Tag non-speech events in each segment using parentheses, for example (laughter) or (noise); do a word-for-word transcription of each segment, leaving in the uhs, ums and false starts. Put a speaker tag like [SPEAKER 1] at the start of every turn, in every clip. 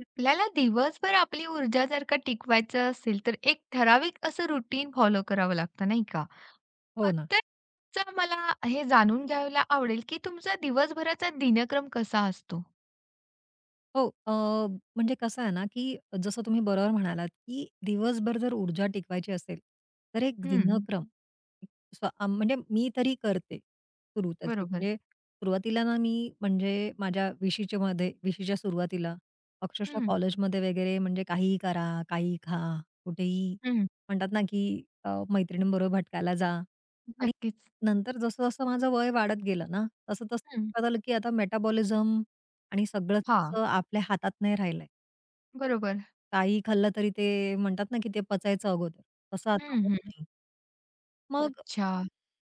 [SPEAKER 1] आपल्याला दिवसभर आपली ऊर्जा जर का टिकवायचं असेल, तर एक ठराविक असं रुटीन फॉलो करावं लागतं, नाही का? अ,
[SPEAKER 2] हो ना.
[SPEAKER 1] तर जर मला हे जाणून घ्यायला आवडेल, की तुमचा दिवसभराचा दिनक्रम कसा असतो?
[SPEAKER 2] हो. अ, म्हणजे कसं आहे ना, की जसं तुम्ही बरोबर म्हणालात, की दिवसभर जर ऊर्जा टिकवायची असेल, तर एक
[SPEAKER 1] हं,
[SPEAKER 2] दिनक्रम स्व अ, म्हणजे मी तरी करते सुरूतच.
[SPEAKER 1] बरोबर.
[SPEAKER 2] म्हणजे सुरुवातीला ना मी म्हणजे माझ्या 20च्या मध्ये 20च्या सुरुवातीला अक्षरशः
[SPEAKER 1] हं,
[SPEAKER 2] कॉलेजमध्ये वगैरे म्हणजे काहीही करा, काहीही खा, कुठेही
[SPEAKER 1] हं.
[SPEAKER 2] म्हणतात ना, की अ, मैत्रिणींबरोबर भटकायला जा आणि
[SPEAKER 1] नक्कीच.
[SPEAKER 2] नंतर जसं-जसं माझं वय वाढत गेलं ना, तसं-तसं
[SPEAKER 1] हं.
[SPEAKER 2] कळालं, की आता मेटाबॉलिझम आणि सगळंच
[SPEAKER 1] हां,
[SPEAKER 2] असं आपल्या हातात नाही राहिलंय.
[SPEAKER 1] बरोबर.
[SPEAKER 2] काही खाल्लं तरी ते म्हणतात ना, की ते पचायचं अगोदर, तसं आता
[SPEAKER 1] हं,
[SPEAKER 2] होत
[SPEAKER 1] हं.
[SPEAKER 2] नाही. मग
[SPEAKER 1] अच्छा.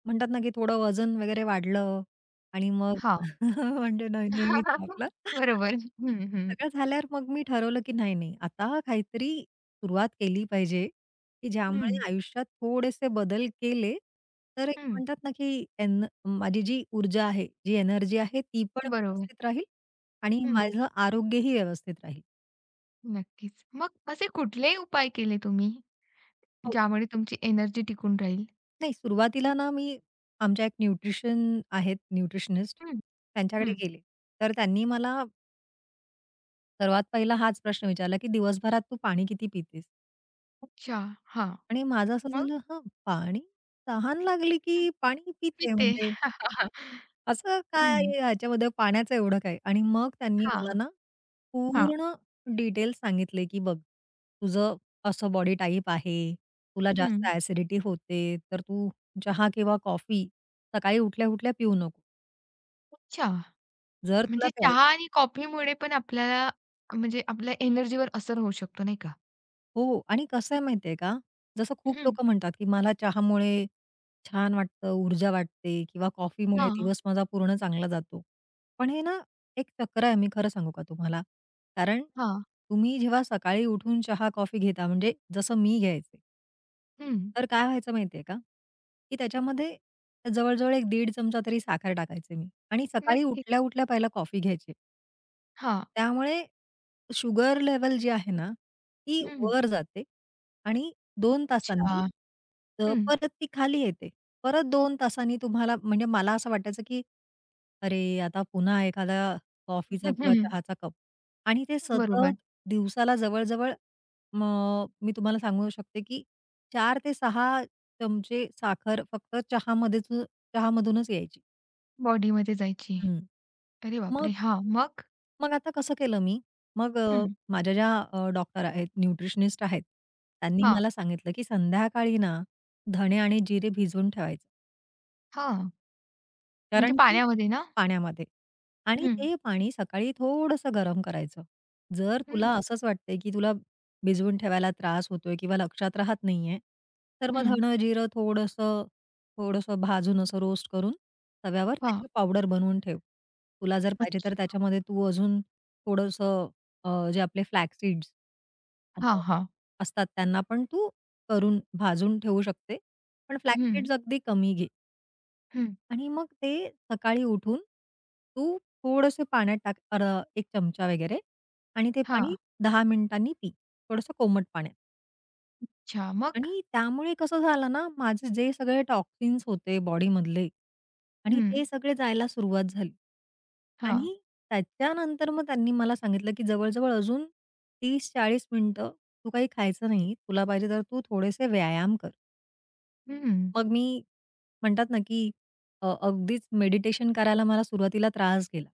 [SPEAKER 2] म्हणतात ना, की थोडं वजन वगैरे वाढलं आणि मग
[SPEAKER 1] हां.
[SPEAKER 2] (laughs) म्हणजे न नेहमीच
[SPEAKER 1] (laughs)
[SPEAKER 2] आपलं.
[SPEAKER 1] बरोबर. हं, हं.
[SPEAKER 2] सगळं झाल्यावर मग मी ठरवलं, की नाही, नाही, आता काहीतरी सुरुवात केली पाहिजे, की
[SPEAKER 1] हं,
[SPEAKER 2] ज्यामुळे आयुष्यात थोडेसे बदल केले, तर एक
[SPEAKER 1] हं.
[SPEAKER 2] म्हणतात ना, की एन माझी जी ऊर्जा आहे, जी एनर्जी आहे, ती पण
[SPEAKER 1] बरोबर.
[SPEAKER 2] व्यवस्थित राहील आणि
[SPEAKER 1] हं.
[SPEAKER 2] माझं आरोग्यही व्यवस्थित राहील.
[SPEAKER 1] नक्कीच. मग असे कुठले उपाय केले तुम्ही,
[SPEAKER 2] हो.
[SPEAKER 1] ज्यामुळे तुमची एनर्जी टिकून राहील?
[SPEAKER 2] नाही सुरुवातीला ना मी आमच्या एक न्यूट्रिशन आहेत न्यूट्रिशनिस्ट त्यांच्याकडे
[SPEAKER 1] हं.
[SPEAKER 2] गेले. तर त्यांनी मला सर्वात पहिला हाच प्रश्न विचारला, की "दिवसभरात तू पाणी किती पितेस?"
[SPEAKER 1] अच्छा. हां.
[SPEAKER 2] आणि माझं असं
[SPEAKER 1] मग?
[SPEAKER 2] झालं, "हां, पाणी तहान लागली
[SPEAKER 1] हं.
[SPEAKER 2] की पाणी
[SPEAKER 1] मी
[SPEAKER 2] पिते."
[SPEAKER 1] ते
[SPEAKER 2] म्हणजे
[SPEAKER 1] (laughs) हं.
[SPEAKER 2] असं काय ह्याच्यामध्ये पाण्याचं एवढं काय? आणि मग त्यांनी
[SPEAKER 1] हां,
[SPEAKER 2] मला ना
[SPEAKER 1] हां.
[SPEAKER 2] पूर्ण डिटेल्स सांगितले, की बघ तुझं असं बॉडी टाइप आहे, तुला हं.
[SPEAKER 1] हं.
[SPEAKER 2] जास्त ॲसिडिटी होते, तर तू चहा किंवा कॉफी सकाळी उठल्या-उठल्या पिऊ नको.
[SPEAKER 1] अच्छा.
[SPEAKER 2] जर तुला
[SPEAKER 1] म्हणजे चहा
[SPEAKER 2] प्यायची
[SPEAKER 1] आणि कॉफीमुळे पण आपल्याला म्हणजे आपल्या एनर्जीवर असर होऊ शकतो नाही का?
[SPEAKER 2] हो आणि कसं आहे माहिती का, जसं खूप
[SPEAKER 1] हं.
[SPEAKER 2] लोकं म्हणतात, की मला चहामुळे छान वाटतं, ऊर्जा वाटते किंवा कॉफीमुळे
[SPEAKER 1] हां,
[SPEAKER 2] दिवस माझा पूर्ण चांगला जातो. पण हे ना एक चक्र आहे, मी खरं सांगू का तुम्हाला? कारण
[SPEAKER 1] हां.
[SPEAKER 2] तुम्ही जेव्हा सकाळी उठून चहा, कॉफी घेता म्हणजे जसं मी घ्यायचे.
[SPEAKER 1] हं.
[SPEAKER 2] तर काय व्हायचं माहितीये का, की त्याच्यामध्ये जवळ-जवळ एक दीड चमचा तरी साखर टाकायचे मी आणि सकाळी
[SPEAKER 1] नक्कीच.
[SPEAKER 2] उठल्या-उठल्या पहिला कॉफी घ्यायची.
[SPEAKER 1] हां.
[SPEAKER 2] त्यामुळे शुगर लेवल जी आहे ना, ती
[SPEAKER 1] हं.
[SPEAKER 2] वर जाते आणि दोन
[SPEAKER 1] अच्छा.
[SPEAKER 2] तासांनी अ,
[SPEAKER 1] हं.
[SPEAKER 2] परत ती खाली येते. परत दोन तासांनी तुम्हाला म्हणजे मला असं वाटायचं, की अरे, आता पुन्हा एखादा कॉफीचा किंवा
[SPEAKER 1] (laughs)
[SPEAKER 2] चहाचा कप आणि ते सतत
[SPEAKER 1] बरोबर.
[SPEAKER 2] दिवसाला जवळ-जवळ म- मी तुम्हाला सांगू शकते, की चार ते सहा चमचे साखर फक्त चहामध्येच चहामधूनच यायची.
[SPEAKER 1] बॉडीमध्ये जायची.
[SPEAKER 2] हं.
[SPEAKER 1] अरे
[SPEAKER 2] मग
[SPEAKER 1] बापरे! हां. मग?
[SPEAKER 2] मग आता कसं केलं मी, मग अ,
[SPEAKER 1] हं.
[SPEAKER 2] माझ्या ज्या अ, डॉक्टर आहेत, न्यूट्रिशनिस्ट आहेत, त्यांनी
[SPEAKER 1] हां,
[SPEAKER 2] मला सांगितलं की संध्याकाळी ना, धणे आणि जिरे भिजवून ठेवायचं. हं.
[SPEAKER 1] हां. म्हणजे
[SPEAKER 2] कारण की
[SPEAKER 1] पाण्यामध्ये ना?
[SPEAKER 2] पाण्यामध्ये आणि हं.
[SPEAKER 1] हं.
[SPEAKER 2] ते पाणी सकाळी थोडंसं गरम करायचं. जर
[SPEAKER 1] हं,
[SPEAKER 2] तुला असंच वाटतंय, की तुला भिजवून ठेवायला त्रास होतोय किंवा लक्षात राहत नाहीये, तर मग हं.
[SPEAKER 1] हं.
[SPEAKER 2] धणं, जिरं थोडंसं, थोडंसं भाजून असं रोस्ट करून तव्यावर
[SPEAKER 1] हां.
[SPEAKER 2] त्याची पावडर बनवून ठेव. तुला जर पाहिजे तर
[SPEAKER 1] अच्छा.
[SPEAKER 2] त्याच्यामध्ये तू अजून थोडंसं अ, जे आपले फ्लॅक्स सीड्स
[SPEAKER 1] हां, हां.
[SPEAKER 2] असतात त्यांना पण तू करून भाजून ठेवू शकते. पण फ्लॅक्स
[SPEAKER 1] हं,
[SPEAKER 2] सीड्स अगदी कमी घे.
[SPEAKER 1] हं.
[SPEAKER 2] आणि मग ते सकाळी उठून तू थोडंसं पाण्यात टाक अर एक चमचा वगैरे आणि ते पाणी
[SPEAKER 1] हां.
[SPEAKER 2] दहा मिनिटांनी पी. थोडंसं कोमट पाण्यात.
[SPEAKER 1] अच्छा. मग?
[SPEAKER 2] आणि त्यामुळे कसं झालं ना, माझे जे सगळे टॉक्सिन्स होते बॉडीमधले आणि
[SPEAKER 1] हं.
[SPEAKER 2] ते सगळे जायला सुरुवात झाली.
[SPEAKER 1] हां.
[SPEAKER 2] आणि त्याच्यानंतर मग त्यांनी मला सांगितलं, की जवळ अजून तीस ते चाळीस मिनिटं तू काही खायचं नाही. तुला पाहिजे तर तू थोडेसे व्यायाम कर.
[SPEAKER 1] हं.
[SPEAKER 2] मग मी म्हणतात ना, की अ, अगदीच मेडिटेशन करायला मला सुरुवातीला त्रास गेला.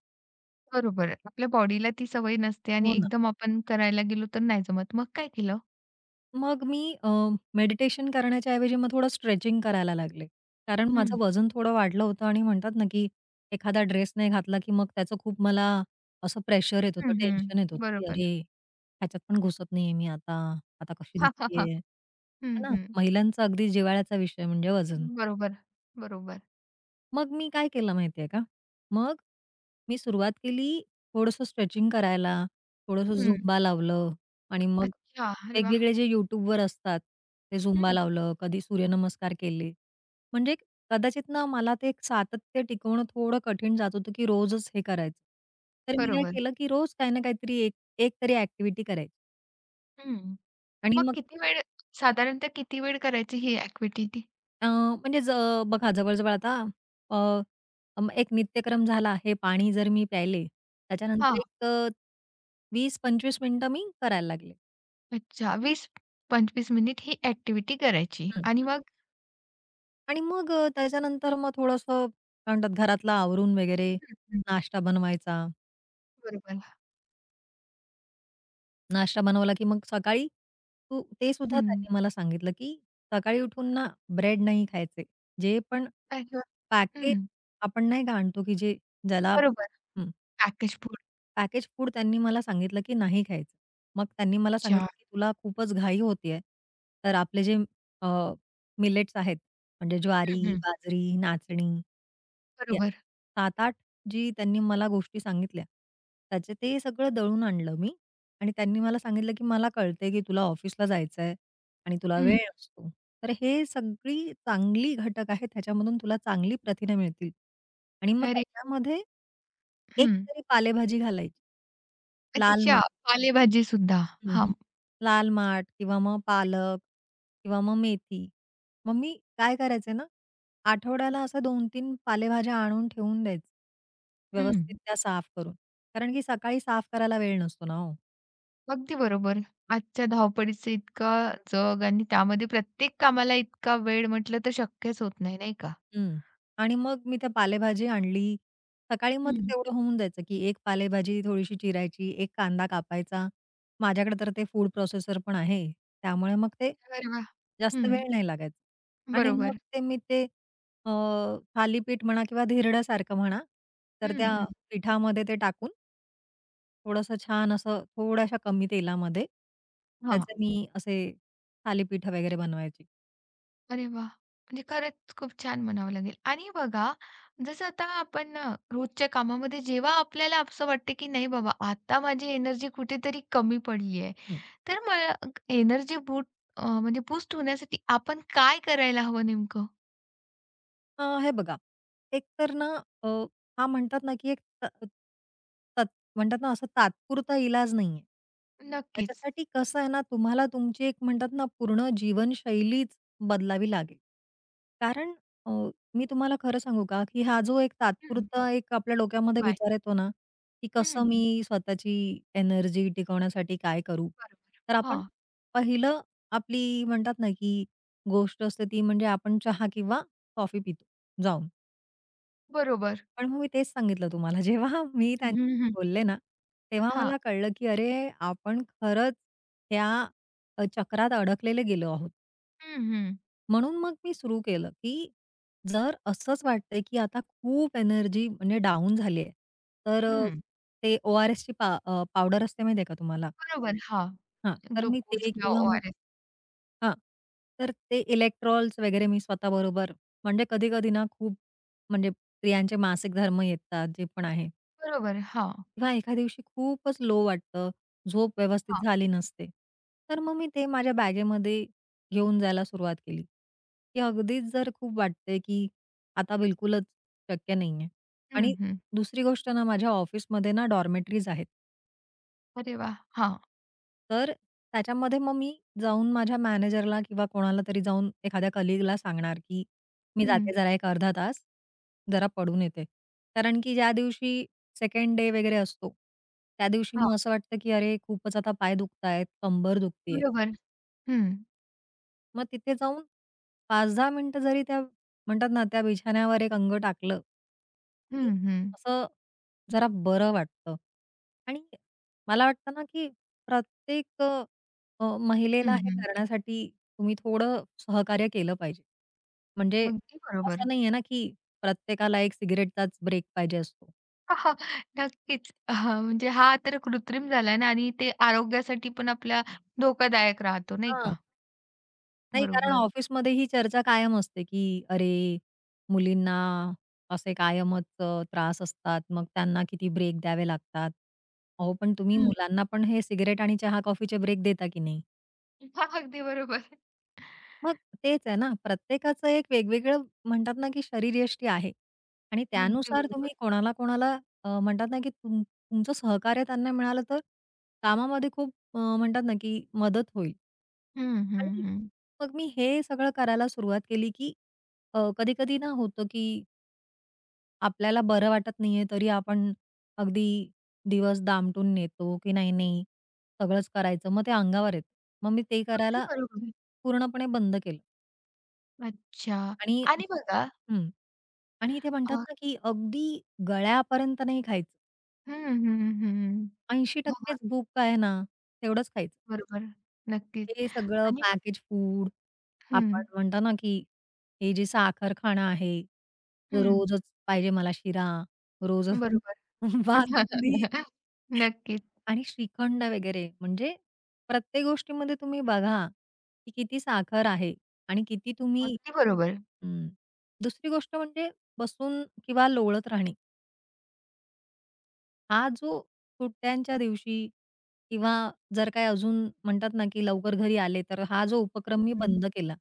[SPEAKER 1] बरोबर. आपल्या बॉडीला ती सवय नसते आणि
[SPEAKER 2] हो ना.
[SPEAKER 1] एकदम आपण करायला गेलो तर नाही जमत. मग काय केलं?
[SPEAKER 2] मग मी मेडिटेशन करण्याच्या ऐवजी मग थोडं स्ट्रेचिंग करायला लागले. कारण हं.
[SPEAKER 1] हं.
[SPEAKER 2] माझं वजन थोडं वाढलं होतं आणि म्हणतात ना, की एखादा ड्रेस नाही घातला, की मग त्याचं खूप मला असं प्रेशर येत होतं,
[SPEAKER 1] हं, हं.
[SPEAKER 2] टेन्शन येत होतं, की
[SPEAKER 1] बरोबर.
[SPEAKER 2] "अरे, ह्याच्यात पण घुसत नाहीये मी आता. आता कशी
[SPEAKER 1] हां, हां, हां.
[SPEAKER 2] दिसतीये."
[SPEAKER 1] हं,
[SPEAKER 2] ना?
[SPEAKER 1] हं.
[SPEAKER 2] महिलांचा अगदी जिव्हाळ्याचा विषय म्हणजे वजन.
[SPEAKER 1] बरोबर, बरोबर.
[SPEAKER 2] मग मी काय केलं माहितीये का? मग मी सुरुवात केली थोडंसं स्ट्रेचिंग करायला, थोडंसं
[SPEAKER 1] हं.
[SPEAKER 2] झुंबा लावलं आणि मग
[SPEAKER 1] अच्छा. अरे वाह!
[SPEAKER 2] वेगवेगळे जे YouTubeवर असतात, ते झुंबा
[SPEAKER 1] हं.
[SPEAKER 2] लावलं, कधी सूर्यनमस्कार केले. म्हणजे कदाचित ना मला ते एक सातत्य टिकवणं थोडं कठीण जात होतं, की रोजच हे करायचं. तर मी काय
[SPEAKER 1] बरोबर.
[SPEAKER 2] केलं, की रोज काही ना काहीतरी एक एक तरी ॲक्टिव्हिटी करायची
[SPEAKER 1] हं.
[SPEAKER 2] आणि
[SPEAKER 1] मग
[SPEAKER 2] मग
[SPEAKER 1] किती वेळ साधारणतः किती वेळ करायची ही ॲक्टिव्हिटी?
[SPEAKER 2] अ, म्हणजे ज बघा जवळ-जवळ आता अ, अं, एक नित्यक्रम झाला. हे पाणी जर मी प्यायले, त्याच्यानंतर
[SPEAKER 1] हां.
[SPEAKER 2] एक अ, वीस ते पंचवीस मिनिटं मी करायला लागले.
[SPEAKER 1] अच्छा. वीस ते पंचवीस मिनिट ही ॲक्टिव्हिटी करायची
[SPEAKER 2] हं,
[SPEAKER 1] आणि
[SPEAKER 2] हं.
[SPEAKER 1] मग?
[SPEAKER 2] आणि मग अ, त्याच्यानंतर मग थोडंसं काय म्हणतात घरातलं आवरून वगैरे,
[SPEAKER 1] हं.
[SPEAKER 2] नाश्ता बनवायचा.
[SPEAKER 1] बरोबर.
[SPEAKER 2] नाश्ता बनवला की मग सकाळी तू ते सुद्धा
[SPEAKER 1] हं.
[SPEAKER 2] त्यांनी मला सांगितलं, की सकाळी उठून ना ब्रेड नाही खायचे. जे पण
[SPEAKER 1] अरे वाह!
[SPEAKER 2] पॅकेज
[SPEAKER 1] हं.
[SPEAKER 2] आपण नाही का आणतो, की जे ज्याला
[SPEAKER 1] बरोबर. Package food.
[SPEAKER 2] पॅकेज फूड त्यांनी मला सांगितलं, की नाही खायचं. मग त्यांनी मला
[SPEAKER 1] अच्छा.
[SPEAKER 2] सांगितलं, की "तुला खूपच घाई होतीये, तर आपले जे मिलेट्स आहेत, म्हणजे
[SPEAKER 1] हं,
[SPEAKER 2] ज्वारी,
[SPEAKER 1] हं.
[SPEAKER 2] बाजरी, नाचणी, या
[SPEAKER 1] बरोबर.
[SPEAKER 2] सात आठ जी त्यांनी मला गोष्टी सांगितल्या, त्याचे ते सगळं दळून आणलं मी आणि त्यांनी मला सांगितलं, की "मला कळतंय, की तुला ऑफिसला जायचंय आणि तुला
[SPEAKER 1] हं.
[SPEAKER 2] वेळ असतो. तर हे सगळी चांगली घटक आहेत, त्याच्यामधून तुला चांगली प्रथिने मिळतील आणि मग
[SPEAKER 1] अरे
[SPEAKER 2] त्याच्यामध्ये एक
[SPEAKER 1] हं.
[SPEAKER 2] तरी पालेभाजी घालायची." लाल
[SPEAKER 1] अच्छा,
[SPEAKER 2] माठ.
[SPEAKER 1] पालेभाजीसुद्धा.
[SPEAKER 2] हं, हं.
[SPEAKER 1] हां.
[SPEAKER 2] लाल माठ किंवा मग पालक किंवा मग मेथी. मग मी काय करायचे ना, आठवड्याला असं दोन तीन पालेभाज्या आणून ठेवून द्यायचं. व्यवस्थित
[SPEAKER 1] हं.
[SPEAKER 2] त्या साफ करून. कारण की सकाळी साफ करायला वेळ नसतो ना हो.
[SPEAKER 1] अगदी बरोबर. आजच्या धावपळीचं इतकं जग आणि त्यामध्ये प्रत्येक कामाला इतका वेळ म्हटलं तर शक्यच होत नाही, नाही का?
[SPEAKER 2] हं. आणि मग मी त्या पालेभाजी आणली. सकाळी मग ते
[SPEAKER 1] हं.
[SPEAKER 2] तेवढं होऊन जायचं, की एक पालेभाजी थोडीशी चिरायची, एक कांदा कापायचा. माझ्याकडे तर ते फूड प्रोसेसर पण आहे. त्यामुळे मग ते
[SPEAKER 1] अरे वाह!
[SPEAKER 2] जास्त
[SPEAKER 1] हं.
[SPEAKER 2] वेळ नाही लागायचा. आणि मग
[SPEAKER 1] बरोबर.
[SPEAKER 2] ते मी ते अ, थालीपीठ म्हणा किंवा धिरड्यासारखं म्हणा, तर
[SPEAKER 1] हं,
[SPEAKER 2] त्या
[SPEAKER 1] हं.
[SPEAKER 2] पिठामध्ये ते टाकून थोडंसं छान असं थोड्याशा कमी तेलामध्ये
[SPEAKER 1] हां.
[SPEAKER 2] त्याचे मी असे थालीपीठ वगैरे बनवायची.
[SPEAKER 1] अरे वाह! म्हणजे खरंच खूप छान म्हणावं लागेल. आणि बघा, जसं आता आपण अ, रोजच्या कामामध्ये जेव्हा आपल्याला असं वाटतं, की नाही बाबा, आता माझी एनर्जी कुठेतरी कमी पडली आहे.
[SPEAKER 2] हं.
[SPEAKER 1] तर मला एनर्जी बूट म्हणजे बूस्ट होण्यासाठी आपण काय करायला हवं नेमकं?
[SPEAKER 2] अ, हे बघा, एक तर ना अ, हा म्हणतात ना, की एक त तत म्हणतात ना, असा तात्पुरता इलाज नाहीये.
[SPEAKER 1] नक्कीच.
[SPEAKER 2] त्याच्यासाठी कसं आहे ना, तुम्हाला तुमची एक म्हणतात ना, पूर्ण जीवनशैलीच बदलावी लागेल. कारण अ, मी तुम्हाला खरं सांगू का, की हा जो एक
[SPEAKER 1] हं.
[SPEAKER 2] तात्पुरता एक आपल्या डोक्यामध्ये
[SPEAKER 1] उपाय.
[SPEAKER 2] विचार येतो ना, की कसं
[SPEAKER 1] हं.
[SPEAKER 2] मी स्वतःची एनर्जी टिकवण्यासाठी काय करू?
[SPEAKER 1] बरोबर.
[SPEAKER 2] तर आपण
[SPEAKER 1] हां.
[SPEAKER 2] पहिलं आपली म्हणतात ना, की गोष्ट असते ती म्हणजे आपण चहा किंवा कॉफी पितो. जाऊन.
[SPEAKER 1] बरोबर.
[SPEAKER 2] पण मग मी तेच सांगितलं तुम्हाला (laughs) जेव्हा मी
[SPEAKER 1] हं,
[SPEAKER 2] त्यांच्याशी
[SPEAKER 1] हं.
[SPEAKER 2] बोलले ना, तेव्हा
[SPEAKER 1] हां.
[SPEAKER 2] मला कळलं की अरे, आपण खरंच त्या अ, चक्रात अडकलेले गेलो आहोत.
[SPEAKER 1] हं, हं.
[SPEAKER 2] म्हणून मग मी सुरू केलं, की जर असंच वाटतंय की आता खूप एनर्जी म्हणजे डाउन झाली आहे, तर अ,
[SPEAKER 1] हं.
[SPEAKER 2] ते ओ आर एसची पा अ, पावडर असते माहिती आहे का तुम्हाला?
[SPEAKER 1] बरोबर. हां.
[SPEAKER 2] हां. तर मी
[SPEAKER 1] ग्लुकोज
[SPEAKER 2] ते
[SPEAKER 1] किंवा
[SPEAKER 2] किंवा मग
[SPEAKER 1] ओ आर एस.
[SPEAKER 2] हां. तर ते इलेक्ट्रॉल्स वगैरे मी स्वतःबरोबर म्हणजे कधी-कधी ना खूप म्हणजे स्त्रियांचे मासिक धर्म येतात जे पण आहे
[SPEAKER 1] बरोबर. हां.
[SPEAKER 2] किंवा एका दिवशी खूपच लो वाटतं, झोप व्यवस्थित
[SPEAKER 1] हां.
[SPEAKER 2] झाली नसते. तर मग मी ते माझ्या बॅगेमध्ये घेऊन जायला सुरुवात केली, की अगदीच जर खूप वाटतंय की आता बिलकुलच शक्य नाहीये.
[SPEAKER 1] हं,
[SPEAKER 2] आणि
[SPEAKER 1] हं.
[SPEAKER 2] दुसरी गोष्ट ना माझ्या ऑफिसमध्ये ना डॉर्मेटरीज आहेत.
[SPEAKER 1] अरे वाह! हां.
[SPEAKER 2] तर त्याच्यामध्ये मग मी जाऊन माझ्या मॅनेजरला किंवा कोणाला तरी जाऊन एखाद्या कलीगला सांगणार, की "मी
[SPEAKER 1] हं.
[SPEAKER 2] जाते जरा एक अर्धा तास, जरा पडून येते." कारण की ज्या दिवशी सेकंड डे वगैरे असतो, त्या दिवशी
[SPEAKER 1] हां.
[SPEAKER 2] मग असं वाटतं, की अरे खूपच आता पाय दुखतायत, कंबर दुखते
[SPEAKER 1] बरोबर. हं.
[SPEAKER 2] मग तिथे जाऊन पाच ते दहा मिनिटं जरी त्या म्हणतात ना, त्या बिछाण्यावर एक अंग टाकलं, की
[SPEAKER 1] हं, हं.
[SPEAKER 2] असं जरा बरं वाटतं. आणि मला वाटतं ना, की प्रत्येक अ, अ,
[SPEAKER 1] हं,
[SPEAKER 2] महिलेला हे
[SPEAKER 1] हं.
[SPEAKER 2] करण्यासाठी तुम्ही थोडं सहकार्य केलं पाहिजे. म्हणजे
[SPEAKER 1] अगदी बरोबर.
[SPEAKER 2] असं नाहीये ना, की प्रत्येकाला एक सिगारेटचाच ब्रेक पाहिजे असतो.
[SPEAKER 1] (laughs) हा, नक्कीच. हां, म्हणजे हा तर कृत्रिम झाला ना आणि ते आरोग्यासाठी पण आपल्या धोकादायक राहतो नाही
[SPEAKER 2] हा
[SPEAKER 1] का?
[SPEAKER 2] नाही, कारण
[SPEAKER 1] बरोबर.
[SPEAKER 2] ऑफिसमध्ये ही चर्चा कायम असते, की "अरे, मुलींना असे कायमच अ, त्रास असतात, मग त्यांना किती ब्रेक द्यावे लागतात." अहो, पण तुम्ही
[SPEAKER 1] हं.
[SPEAKER 2] मुलांना पण हे सिगारेट आणि चहा-कॉफीचे ब्रेक देता की नाही?
[SPEAKER 1] हां, (laughs) अगदी बरोबर.
[SPEAKER 2] मग तेच आहे ना, प्रत्येकाचं एक वेगवेगळं म्हणतात ना, की शरीरयष्टी आहे आणि
[SPEAKER 1] अगदी
[SPEAKER 2] त्यानुसार
[SPEAKER 1] बरोबर.
[SPEAKER 2] तुम्ही कोणाला, कोणाला अ, म्हणतात ना, की तुम तुमचं सहकार्य त्यांना मिळालं तर कामामध्ये खूप अ, म्हणतात ना, की मदत होईल.
[SPEAKER 1] हं, हं,
[SPEAKER 2] आणि
[SPEAKER 1] हं.
[SPEAKER 2] मग मी हे सगळं करायला सुरुवात केली, की अ, कधी-कधी ना होतं, की आपल्याला बरं वाटत नाहीये तरी आपण अगदी दिवस दामटून नेतो, की नाही, नाही सगळंच करायचं. मग ते अंगावर येतं. मग मी ते
[SPEAKER 1] अगदी
[SPEAKER 2] करायला
[SPEAKER 1] बरोबर.
[SPEAKER 2] पूर्णपणे बंद केलं
[SPEAKER 1] अच्छा
[SPEAKER 2] आणि
[SPEAKER 1] आणि बघा
[SPEAKER 2] हं. आणि ते म्हणतात
[SPEAKER 1] अ,
[SPEAKER 2] ना, की अगदी गळ्यापर्यंत नाही खायचं.
[SPEAKER 1] हं, हं, हं. हो,
[SPEAKER 2] ऐंशी टक्के
[SPEAKER 1] हो.
[SPEAKER 2] भूक काय ना, तेवढंच खायचं.
[SPEAKER 1] बरोबर. नक्कीच
[SPEAKER 2] ते सगळं
[SPEAKER 1] आणि ब
[SPEAKER 2] पॅकेज फूड, आपण
[SPEAKER 1] हं,
[SPEAKER 2] म्हणतो ना, की हे जे साखरखाणा आहे, तर
[SPEAKER 1] हं.
[SPEAKER 2] रोजच पाहिजे मला शिरा, रोजच
[SPEAKER 1] बरोबर.
[SPEAKER 2] (laughs) बासुंदी
[SPEAKER 1] (laughs) नक्कीच.
[SPEAKER 2] आणि श्रीखंड वगैरे. म्हणजे प्रत्येक गोष्टीमध्ये तुम्ही बघा, की किती साखर आहे आणि किती तुम्ही
[SPEAKER 1] अगदी बरोबर.
[SPEAKER 2] हं. दुसरी गोष्ट म्हणजे बसून किंवा लोळत राहणे. हा जो सुट्ट्यांच्या दिवशी किंवा जर काय अजून म्हणतात ना, की लवकर घरी आले, तर हा जो उपक्रम मी बंद केला.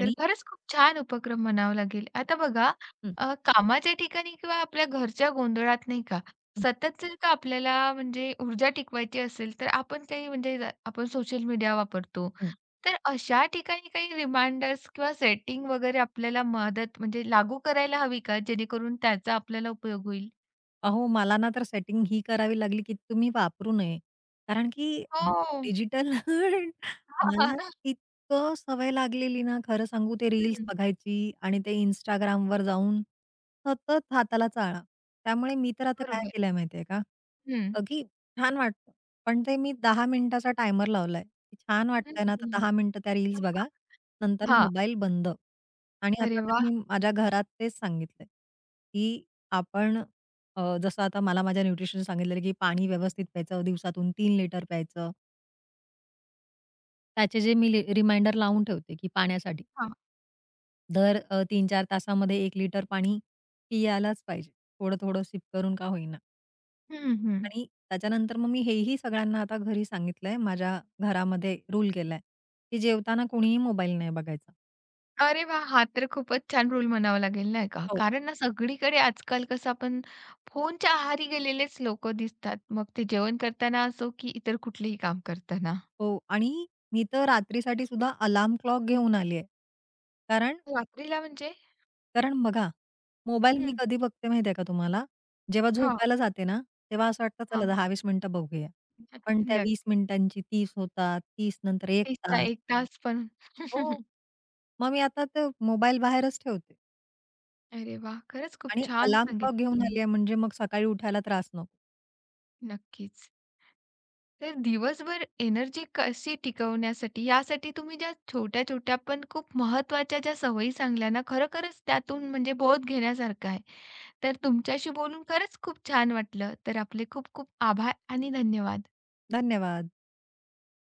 [SPEAKER 1] तर खरंच खूप छान उपक्रम म्हणावा लागेल. आता बघा
[SPEAKER 2] हं.
[SPEAKER 1] अ, कामाच्या ठिकाणी किंवा आपल्या घरच्या गोंधळात नाही का,
[SPEAKER 2] हं,
[SPEAKER 1] सतत जर का आपल्याला म्हणजे ऊर्जा टिकवायची असेल, तर आपण काही म्हणजे ज- आपण सोशल मीडिया वापरतो.
[SPEAKER 2] हं.
[SPEAKER 1] तर अशा ठिकाणी काही रिमाइंडर्स किंवा सेटिंग वगैरे आपल्याला मदत म्हणजे लागू करायला हवी का? जेणेकरून त्याचा आपल्याला उपयोग होईल?
[SPEAKER 2] अहो, मला ना तर सेटिंग ही करावी लागली, की तुम्ही वापरू नये. कारण की हं.
[SPEAKER 1] हो.
[SPEAKER 2] डिजिटल (laughs) मला इतकं सवय लागलेली ना, खरं सांगू ते रील्स
[SPEAKER 1] हं.
[SPEAKER 2] बघायची आणि ते Instagramवर जाऊन सतत हाताला चाळा. त्यामुळे मी तर आता काय
[SPEAKER 1] बरोबर.
[SPEAKER 2] केलंय माहितीये का?
[SPEAKER 1] हं.
[SPEAKER 2] अ, की छान वाटतं, पण ते मी दहा मिनिटाचा टायमर लावलाय, की छान
[SPEAKER 1] हं,
[SPEAKER 2] वाटतंय ना, तर
[SPEAKER 1] हं.
[SPEAKER 2] दहा मिनिटं त्या रील्स बघा, नंतर
[SPEAKER 1] हां.
[SPEAKER 2] मोबाईल बंद. आणि आता
[SPEAKER 1] अरे
[SPEAKER 2] तर
[SPEAKER 1] वाह!
[SPEAKER 2] मी माझ्या घरात तेच सांगितलंय, की आपण अ, जसं आता मला माझ्या न्यूट्रिशनने सांगितलेलं, की पाणी व्यवस्थित प्यायचं, दिवसातून तीन लिटर प्यायचं. त्याचे जे मी रिमाइंडर लावून ठेवते, की पाण्यासाठी
[SPEAKER 1] हां.
[SPEAKER 2] दर अ, तीन चार तासामध्ये एक लिटर पाणी पियालाच पाहिजे. थोडं-थोडं सिप करून का होईना.
[SPEAKER 1] हं, हं.
[SPEAKER 2] आणि त्याच्यानंतर मग मी हेही सगळ्यांना आता घरी सांगितलंय, माझ्या घरामध्ये रूल केलाय, की जेवताना कोणीही मोबाईल नाही बघायचा.
[SPEAKER 1] अरे वाह! हा तर खूपच छान रूल म्हणावा लागेल, नाही का?
[SPEAKER 2] हो.
[SPEAKER 1] कारण ना सगळीकडे आजकाल कसं आपण फोनच्या आहारी गेलेलेच लोकं दिसतात. मग ते जेवण करताना असो की इतर कुठलेही काम करताना.
[SPEAKER 2] हो आणि मी तर रात्रीसाठी सुद्धा अलार्म क्लॉक घेऊन आली आहे. कारण
[SPEAKER 1] रात्रीला म्हणजे
[SPEAKER 2] कारण बघा, मोबाईल मी
[SPEAKER 1] हं.
[SPEAKER 2] कधी बघते माहिती आहे का तुम्हाला? जेव्हा
[SPEAKER 1] हां,
[SPEAKER 2] झोपायला जाते ना, तेव्हा असं वाटतं चला
[SPEAKER 1] हां.
[SPEAKER 2] दहा ते वीस मिनिटं बघूया. पण त्या वीस
[SPEAKER 1] नक्कीच.
[SPEAKER 2] मिनिटांची तीस होतात, तीस नंतर एक
[SPEAKER 1] तिसाचा
[SPEAKER 2] तास.
[SPEAKER 1] एक तास पण.
[SPEAKER 2] हो,
[SPEAKER 1] (laughs)
[SPEAKER 2] मग मी आता ते मोबाईल बाहेरच ठेवते
[SPEAKER 1] अरे वाह! खरंच खूप
[SPEAKER 2] आणि
[SPEAKER 1] छान
[SPEAKER 2] अलार्म क्लॉक
[SPEAKER 1] सांगितलं
[SPEAKER 2] घेऊन आली
[SPEAKER 1] तुम्ही.
[SPEAKER 2] आहे म्हणजे मग सकाळी उठायला त्रास नको.
[SPEAKER 1] नक्कीच. तर दिवसभर एनर्जी कशी टिकवण्यासाठी यासाठी तुम्ही ज्या छोट्या-छोट्या पण खूप महत्त्वाच्या ज्या सवयी सांगल्या ना, खरोखरच त्यातून म्हणजे बोध घेण्यासारखं आहे. तर तुमच्याशी बोलून खरंच खूप छान वाटलं. तर आपले खूप खूप आभार आणि धन्यवाद.
[SPEAKER 2] धन्यवाद.